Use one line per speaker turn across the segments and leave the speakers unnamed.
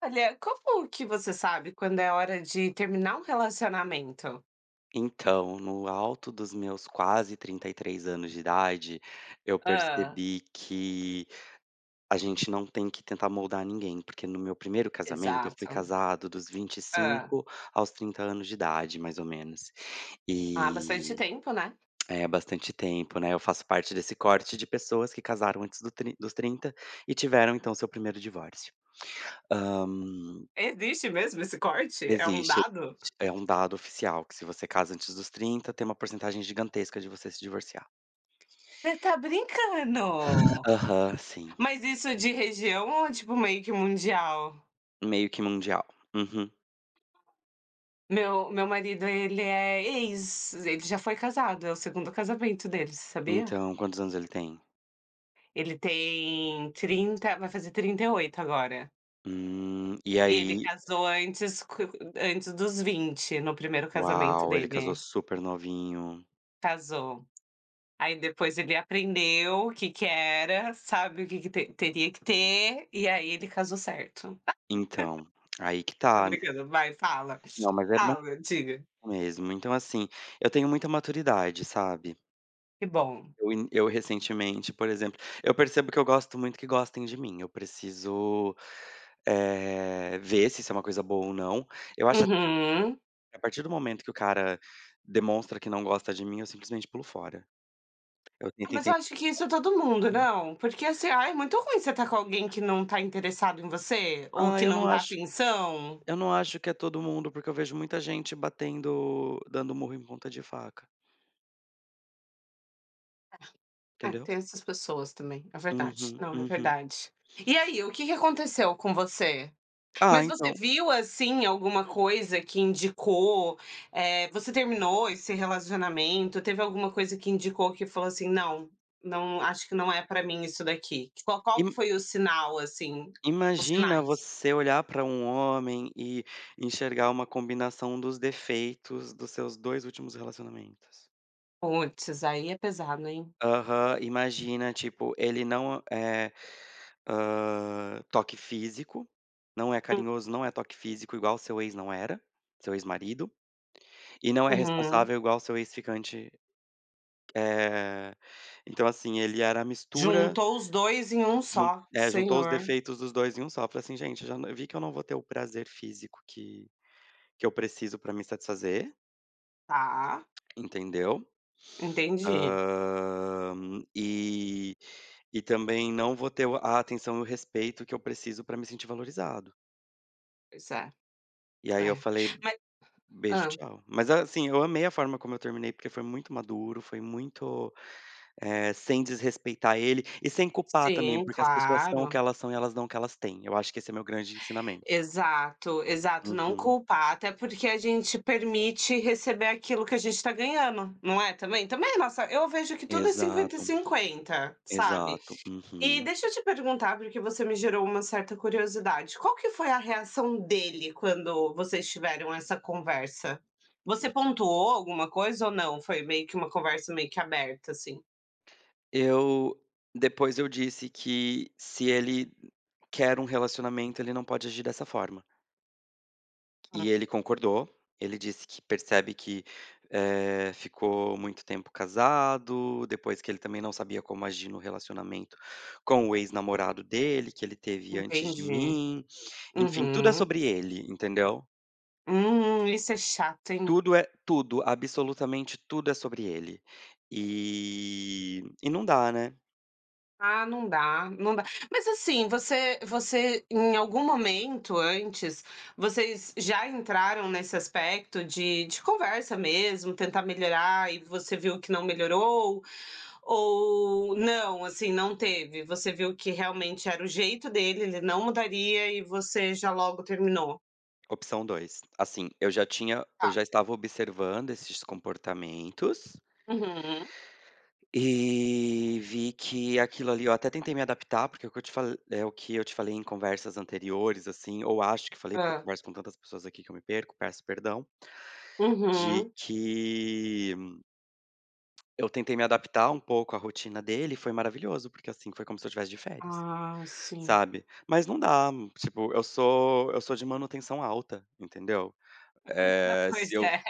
Olha, como que você sabe quando é hora de terminar um relacionamento?
Então, no alto dos meus quase 33 anos de idade, eu
Hã.
percebi que a gente não tem que tentar moldar ninguém, porque no meu primeiro casamento, eu fui
Exato.
casado dos
Ah,
25 aos 30 anos de idade, mais ou menos.
há bastante
E
tempo, né.
é bastante tempo, né? Eu faço parte desse corte de pessoas que casaram antes dos 30 e tiveram, então, seu primeiro divórcio. Ahn,
Existe mesmo esse corte? É um
Existe,
dado?
existe. É um dado oficial que se você casa antes dos 30, tem uma porcentagem gigantesca de você se divorciar.
Você tá brincando!
Aham, sim.
Mas isso de região ou tipo meio que mundial?
Meio que mundial. Uhum.
Meu marido, ele é ex ele já foi casado, é o segundo casamento dele, você sabia?
Então, quantos anos ele tem?
Ele tem 30, vai fazer 38 agora.
E
E ele
aí
casou antes dos 20 no primeiro casamento
uau, ele
dele.
casou super novinho.
Casou. Aí depois ele aprendeu o que que era, sabe o que que te teria que ter, e aí ele casou certo.
Então, aí que
Tô
tá, né.
brincando, vai, fala.
Não, mas é mais
Fala, diga.
mesmo. Então, assim, eu tenho muita maturidade, sabe.
Que bom.
Eu recentemente, por exemplo, eu percebo que eu gosto muito que gostem de mim. Eu preciso, ver se isso é uma coisa boa ou não. Eu acho
Uhum.
que a partir do momento que o cara demonstra que não gosta de mim, eu simplesmente pulo fora. Eu
Ah,
tento
mas eu
enten
acho que isso é todo mundo, não? Porque assim, ai, é muito ruim você estar com alguém que não tá interessado em você, ou
Ah,
que não dá atenção.
eu não acho que é todo mundo, porque eu vejo muita gente batendo dando murro em ponta de faca,
É,
entendeu?
tem essas pessoas também, é verdade.
Uhum,
Não, é
uhum.
verdade. E aí, o que que aconteceu com você?
Ah,
Mas você
então,
viu, assim, alguma coisa que indicou, você terminou esse relacionamento, teve alguma coisa que indicou que falou assim: "Não, não acho que não é pra mim isso daqui"? Qual que
im
foi o sinal, assim, os
imagina
sinais?
você olhar para um homem e enxergar uma combinação dos defeitos dos seus 2 últimos relacionamentos.
Puts, aí é pesado, hein.
Aham, imagina, tipo, ele não é, toque físico, não é
Hum,
carinhoso, não é toque físico igual seu ex não era, seu ex-marido, e não é
uhum.
responsável igual seu ex-ficante. É, então assim, ele era a mistura,
Juntou os 2 em um
jun
só,
é, juntou os
senhor.
defeitos dos 2 em um só, falei assim: "Gente, já n vi que eu não vou ter o prazer físico que eu preciso pra me satisfazer",
Tá,
entendeu?
entendi.
Hã, e também não vou ter o a atenção e o respeito que eu preciso pra me sentir valorizado.
Pois é,
E aí
é.
eu falei: "Beijo,
Hã.
tchau". Mas assim, eu amei a forma como eu terminei, porque foi muito maduro, foi muito. Sem desrespeitar ele e sem culpar também,
Sim,
porque as pessoas são o que
claro.
elas são e elas dão o que elas têm. Eu acho que esse é meu grande ensinamento.
Exato, exato. Não
Uhum.
culpar, até porque a gente permite receber aquilo que a gente tá ganhando, não é também? Também, nossa, eu vejo que tudo é 50 e
Exato,
cinquenta, sabe.
exato.
E
Uhum.
deixa eu te perguntar, porque você me gerou uma certa curiosidade, qual que foi a reação dele quando vocês tiveram essa conversa? Você pontuou alguma coisa ou não? Foi meio que uma conversa meio que aberta, assim?
Eu Depois eu disse que se ele quer um relacionamento, ele não pode agir dessa forma.
Hum,
E ele concordou. Ele disse que percebe que, ficou muito tempo casado, depois que ele também não sabia como agir no relacionamento com o ex-namorado dele, que ele teve antes de
entendi.
mim. Enfim, tudo é
Uhum.
sobre ele, entendeu?
Isso é chato, hein?
Tudo é tudo, absolutamente tudo é sobre ele. E não dá, né,
Ah, não dá, não dá. Mas assim, você em algum momento antes, vocês já entraram nesse aspecto de conversa mesmo, tentar melhorar e você viu que não melhorou? Ou não, assim, não teve? Você viu que realmente era o jeito dele, ele não mudaria e você já logo terminou?
opção 2. Assim, eu
Tá.
já estava observando esses comportamentos.
Uhum.
E vi que aquilo ali eu até tentei me adaptar, porque é o que eu te falei, é o que eu te falei em conversas anteriores, assim, ou acho que falei, porque eu
Hã.
converso com tantas pessoas aqui que eu me perco, peço perdão, de
Uhum.
que eu tentei me adaptar um pouco à rotina dele e foi maravilhoso, porque, assim, foi como se eu tivesse de férias,
Ah, sim.
sabe. Mas não dá, tipo, eu sou de manutenção alta, entendeu. Eh,
Pois
se eu
é.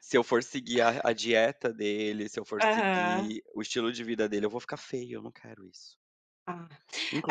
Se eu for seguir a dieta dele, se eu for
Aham.
seguir o estilo de vida dele, eu vou ficar feio, eu não quero isso.
Ah.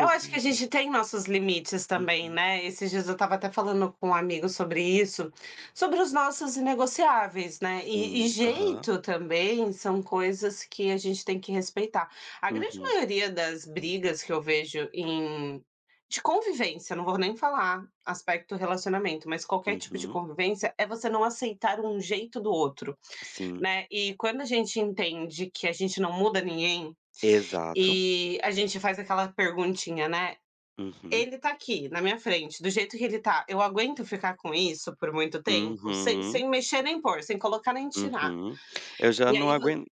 Eu acho que a gente tem nossos limites também,
uhum,
né. Esses dias eu estava até falando com um amigo sobre isso, sobre os nossos inegociáveis, né. E
sim, aham,
jeito também são coisas que a gente tem que respeitar. A grande
uhum,
maioria das brigas que eu vejo de convivência, não vou nem falar aspecto relacionamento, mas qualquer tipo de
uhum,
convivência, é você não aceitar um jeito do outro,
sim,
né. E quando a gente entende que a gente não muda ninguém,
exato,
e a gente faz aquela perguntinha, né:
uhum,
ele tá aqui, na minha frente, do jeito que ele tá, eu aguento ficar com isso por muito tempo? Sem
uhum,
sem mexer nem pôr, sem colocar nem tirar.
uhum. Eu já
E
não
aí vo
aguen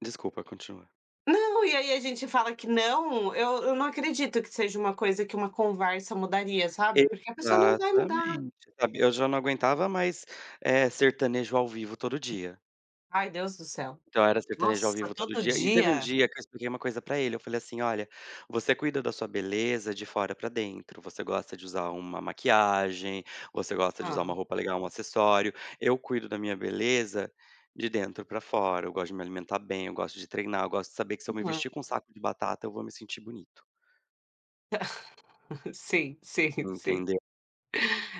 Desculpa, continua.
Não, e aí a gente fala que não, eu não acredito que seja uma coisa que uma conversa mudaria, sabe, porque a pessoa não vai mudar.
Exatamente, sabe, eu já não aguentava mais, é sertanejo ao vivo todo dia.
Ai, Deus do céu.
Então era sertanejo ao
Nossa,
vivo todo
todo
dia. E teve um
dia.
dia que eu expliquei uma coisa pra ele, eu falei assim: "Olha, você cuida da sua beleza de fora pra dentro, você gosta de usar uma maquiagem, você gosta de usar uma
Hã,
roupa legal, um acessório. Eu cuido da minha beleza de dentro pra fora, eu gosto de me alimentar bem, eu gosto de treinar, eu gosto de saber que se eu me
uhum.
vestir com um saco de batata, eu vou me sentir bonito".
Sim, sim, sim,
Entendeu?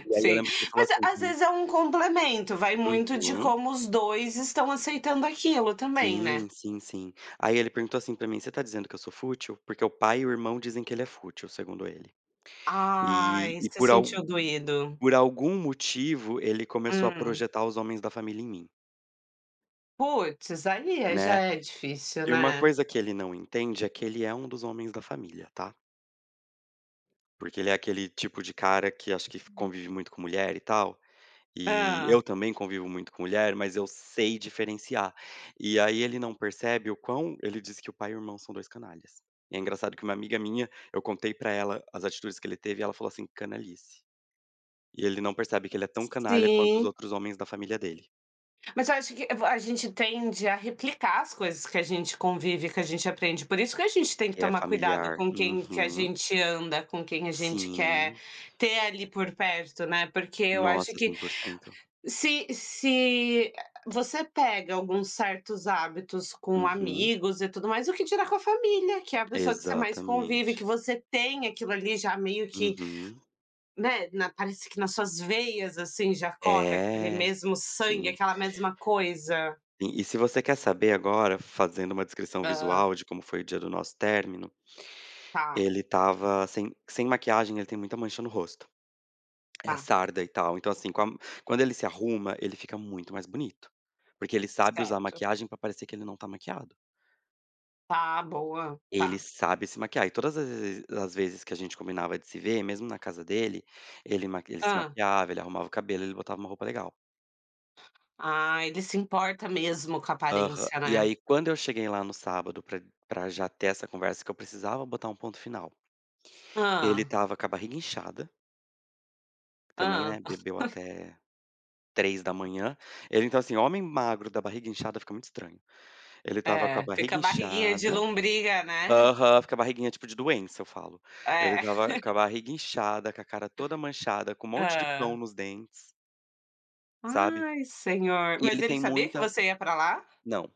E aí eu
sim.
lembro que ele falou
Mas
assim
às
pra mim
vezes é um complemento, vai muito de
uhum.
como os 2 estão aceitando aquilo também, né.
Sim, sim, sim. Aí ele perguntou assim pra mim: "Você tá dizendo que eu sou fútil?" Porque o pai e o irmão dizem que ele é fútil, segundo ele. E
Ai,
e
se
por al
sentiu doído.
por algum motivo, ele começou a
Hum.
projetar os homens da família em mim,
Puts, aí já
né.
é difícil,
E uma
né.
coisa que ele não entende é que ele é um dos homens da família, tá. Porque ele é aquele tipo de cara que acho que convive muito com mulher e tal, e
Hã.
eu também convivo muito com mulher, mas eu sei diferenciar. E aí ele não percebe o quão ele diz que o pai e o irmão são 2 canalhas. E é engraçado que uma amiga minha, eu contei pra ela as atitudes que ele teve e ela falou assim: "Canalice". E ele não percebe que ele é tão canalha quanto os
Sim.
outros homens da família dele,
Mas eu acho que vo a gente tende a replicar as coisas que a gente convive, que a gente aprende, por isso que a gente tem que
que é
tomar
familiar.
cuidado com quem que a
Uhum.
gente anda, com quem a gente quer
Sim.
ter ali por perto, né, porque eu acho
Nossa,
que
100%.
se você pega alguns certos hábitos com
Uhum.
amigos e tudo mais, o que dirá com a família, que é a pessoa que você mais convive,
Exatamente.
que você tem aquilo ali já meio que,
Uhum.
né, na parece que nas suas veias, assim, já corre aquele
É.
mesmo sangue,
Sim.
aquela mesma coisa.
Se você quer saber agora, fazendo uma descrição
Hã,
visual de como foi o dia do nosso término,
tá,
ele estava sem maquiagem, ele tem muita mancha no rosto. É
tá,
sarda e tal, então assim, com a quando ele se arruma, ele fica muito mais bonito, porque ele sabe usar
certo.
maquiagem pra parecer que ele não tá maquiado.
Tá, boa,
Ele
tá.
sabe se maquiar e todas as vezes que a gente combinava de se ver, mesmo na casa dele, ele se
Hã.
maquiava, ele arrumava o cabelo, ele botava uma roupa legal.
Ah, ele se importa mesmo com a
Aham.
aparência,
E
né.
aí quando eu cheguei lá no sábado pra já ter essa conversa que eu precisava botar um ponto final, ele
Ah,
tava com a barriga inchada, também,
ah.
né, bebeu até 3 da manhã. Ele então assim, homem magro da barriga inchada fica muito estranho. Ele tava com a
É, fica
barriga
barriguinha de
inchada.
lombriga, né.
Aham, fica a barriguinha tipo de doença, eu falo. Ele
É.
tava com a barriga inchada, com a cara toda manchada, com um monte de pão
Ah,
nos dentes, sabe.
ai, senhor.
E
Mas
ele
ele
tem
sabia que
muita
você ia pra lá?
Não,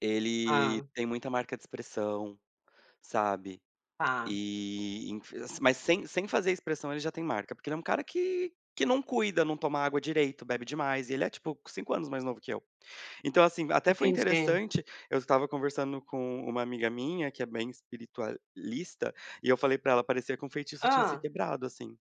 ele
Ah,
tem muita marca de expressão, sabe.
tá,
Mas sem fazer expressão ele já tem marca, porque ele é um cara que não cuida, não toma água direito, bebe demais, e ele é, tipo, 5 anos mais novo que eu. Então, assim, até foi
entendi.
interessante, eu estava conversando com uma amiga minha que é bem espiritualista, e eu falei pra ela: "Parecia que um feitiço tinha se
Ah,
quebrado, assim.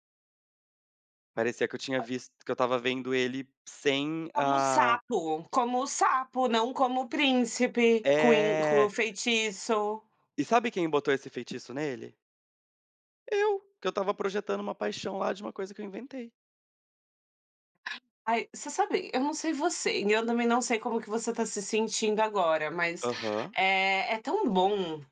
Parecia que eu tinha visto que eu estava vendo ele sem
como o
a".
sapo, como o sapo, não como o príncipe, com o
É.
feitiço.
E sabe quem botou esse feitiço nele? Eu, que eu estava projetando uma paixão lá de uma coisa que eu inventei.
Ai, você sabe, eu não sei você, e eu também não sei como que você tá se sentindo agora, mas,
Aham.
é tão bom.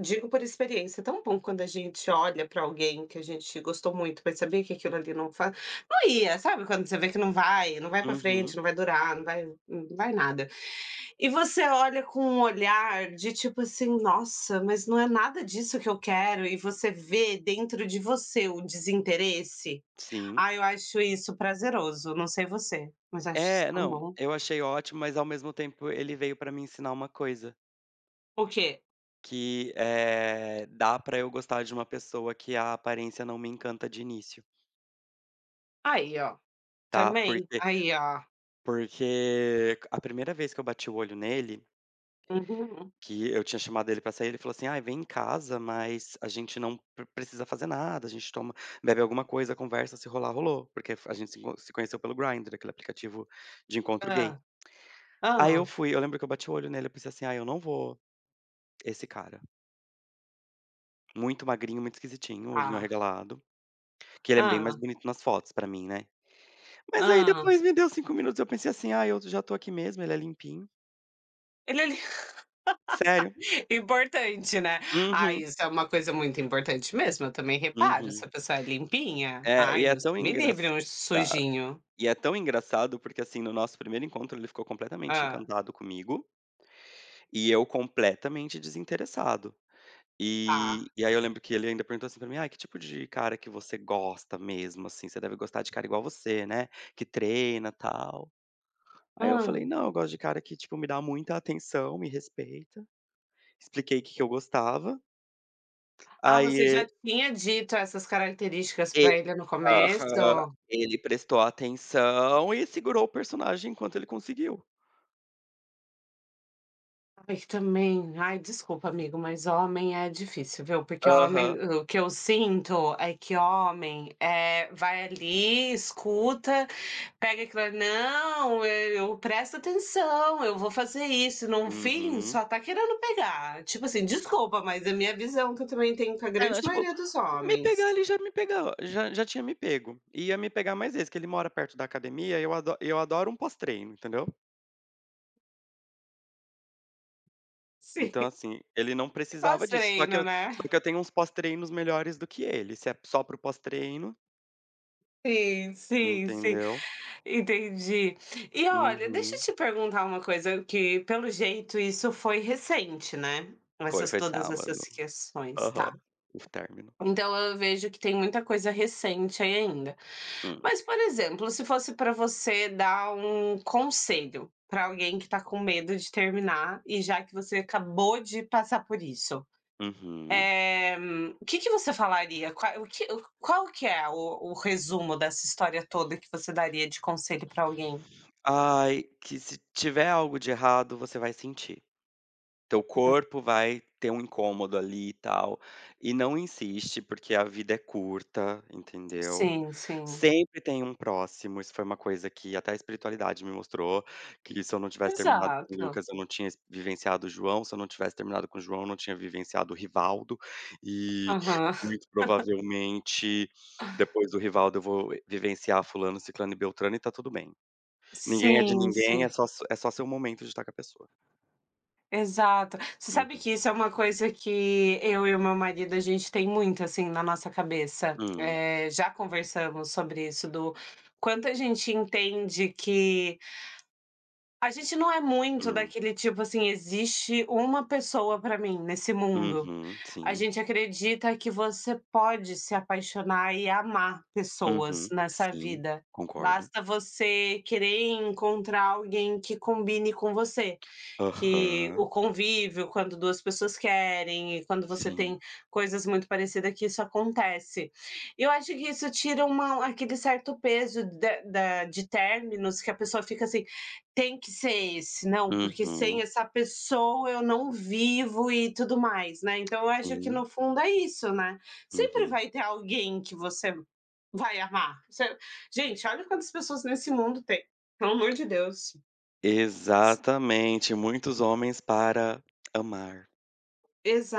Digo por experiência, é tão bom quando a gente olha pra alguém que a gente gostou muito, mas sabia que aquilo ali não ia, sabe quando você vê que não vai, não vai pra frente,
Uhum.
não vai durar, não vai nada. E você olha com um olhar de tipo assim: "Nossa, mas não é nada disso que eu quero", e você vê dentro de você o desinteresse.
Sim.
Ah, eu acho isso prazeroso, não sei você, mas acho isso
É,
tão
não,
bom.
eu achei ótimo, mas ao mesmo tempo ele veio pra me ensinar uma coisa,
O quê?
que, dá pra eu gostar de uma pessoa que a aparência não me encanta de início,
Aí, ó,
tá.
também, aí, ó.
Porque a primeira vez que eu bati o olho nele,
Uhum.
que eu tinha chamado ele pra sair, ele falou assim: "Ai, vem em casa, mas a gente precisa fazer nada, a gente toma bebe alguma coisa, conversa, se rolar, rolou", porque a gente se conheceu pelo Grindr, aquele aplicativo de encontro gay.
Hã.
Aí eu
Hã.
fui, eu lembro que eu bati o olho nele, eu pensei assim: ah, eu não vou esse cara. Muito magrinho, muito esquisitinho, olhinho
Tá.
arregalado, que ele é bem mais
Hã.
bonito nas fotos pra mim, né. Mas aí
Ah,
depois me deu 5 minutos, eu pensei assim: "Ah, eu já tô aqui mesmo, ele é limpinho".
ele ali
Sério.
importante, né. Ah,
Uhum,
isso é uma coisa muito importante mesmo, eu também reparo se a
uhum.
pessoa é limpinha.
É, e
Ai,
é
Deus
tão
que me livre
engraçado
um sujinho.
e é tão engraçado, porque assim, no nosso primeiro encontro ele ficou completamente
Ah,
encantado comigo, e eu completamente desinteressado.
tá.
Aí eu lembro que ele ainda perguntou assim pra mim: "Ai, que tipo de cara que você gosta mesmo, assim, você deve gostar de cara igual você, né, que treina, tal". Aí eu
Hã.
falei: "Não, eu gosto de cara que, tipo, me dá muita atenção, me respeita". Expliquei o que que eu gostava.
Ah,
Aí
você já
e
tinha dito essas características
e
para ele no
Aham.
começo?
Ele prestou atenção e segurou o personagem enquanto ele conseguiu.
Ai, também. Ai, desculpa, amigo, mas homem é difícil, viu? Porque homem,
Aham.
o que eu sinto é que homem é vai ali, escuta, pega aquilo, ali, não, eu presto atenção, eu vou fazer isso. No fim,
Uhum.
só tá querendo pegar. Tipo assim, desculpa, mas é a minha visão que eu também tenho com a
É,
grande
não, tipo,
maioria dos
me
homens.
pegar ele já me pegou, já tinha me pego. E ia me pegar mais vezes, que ele mora perto da academia eu adoro um pós-treino, entendeu.
Sim,
Então, assim, ele não precisava disso,
pós-treino,
só
né?
que eu tenho uns pós-treinos melhores do que ele, se é só pro pós-treino,
Sim, sim, sim.
entendeu.
Entendi. E olha, deixa eu
Uhum.
te perguntar uma coisa, que pelo jeito isso foi recente, né?
Foi,
Essas
foi
todas
sábado.
essas questões,
Aham.
tá.
O término.
Então eu vejo que tem muita coisa recente aí ainda.
Hum.
Mas, por exemplo, se fosse para você dar um conselho para alguém que está com medo de terminar, e já que você acabou de passar por isso.
Uhum.
Eh, o que que você falaria? Qual qual que é o resumo dessa história toda que você daria de conselho para alguém?
Ai, que se tiver algo de errado, você vai sentir. Teu
Hum.
corpo vai ter um incômodo ali e tal. E não insiste, porque a vida é curta, entendeu?
Sim, sim.
Sempre tem um próximo, isso foi uma coisa que até a espiritualidade me mostrou, que se eu não tivesse terminado com o
Exato.
Lucas, eu não tinha ex vivenciado o João, se eu não tivesse terminado com o João, eu não tinha vivenciado o Rivaldo, e
Aham.
muito provavelmente depois do Rivaldo eu vou vivenciar fulano, ciclano e beltrano e tá tudo bem. Ninguém é de
Sim,
ninguém, é
sim.
só s é só seu momento de estar com a pessoa.
Exato. Você sabe
Uhum.
que isso é uma coisa que eu e o meu marido, a gente tem muito, assim, na nossa cabeça.
Hum,
Já conversamos sobre isso, do quanto a gente entende que a gente não é muito
hum.
daquele tipo, assim, "existe uma pessoa para mim nesse mundo".
Uhum,
A
sim.
gente acredita que você pode se apaixonar e amar pessoas
Uhum,
nessa
sim,
vida.
concordo.
Basta você querer encontrar alguém que combine com você. Que o
Aham,
convívio, quando 2 pessoas querem e quando você tem
sim.
coisas muito parecidas que isso acontece. Eu acho que isso tira uma aquele certo peso da de términos que a pessoa fica assim: "Tem que ser esse, não, porque sem
Uhum,
essa pessoa eu não vivo", e tudo mais, né. Então eu acho que
sim.
no fundo é isso, né. Sempre
Uhum.
vai ter alguém que você vai amar. Você Gente, olha quantas pessoas nesse mundo tem, pelo amor de Deus.
Exatamente, muitos homens para amar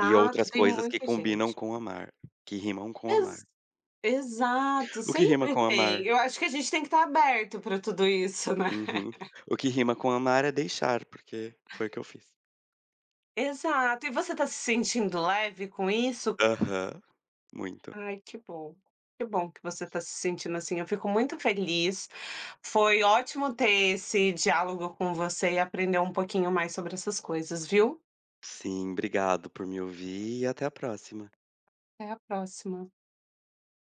e outras
tem
coisas que
muita gente.
combinam com amar, que rimam com
Ex
amar.
Exato,
O que rima
sempre
com
tem.
amar?
Eu acho que a gente tem que estar aberto para tudo isso, né.
Uhum. O que rima com amar é deixar, porque foi o que eu fiz.
Exato. E você está se sentindo leve com isso?
Aham, muito.
Ai, que bom. Que bom que você está se sentindo assim, eu fico muito feliz. Foi ótimo ter esse diálogo com você e aprender um pouquinho mais sobre essas coisas, viu.
Sim, obrigado por me ouvir e até a próxima.
Até a próxima.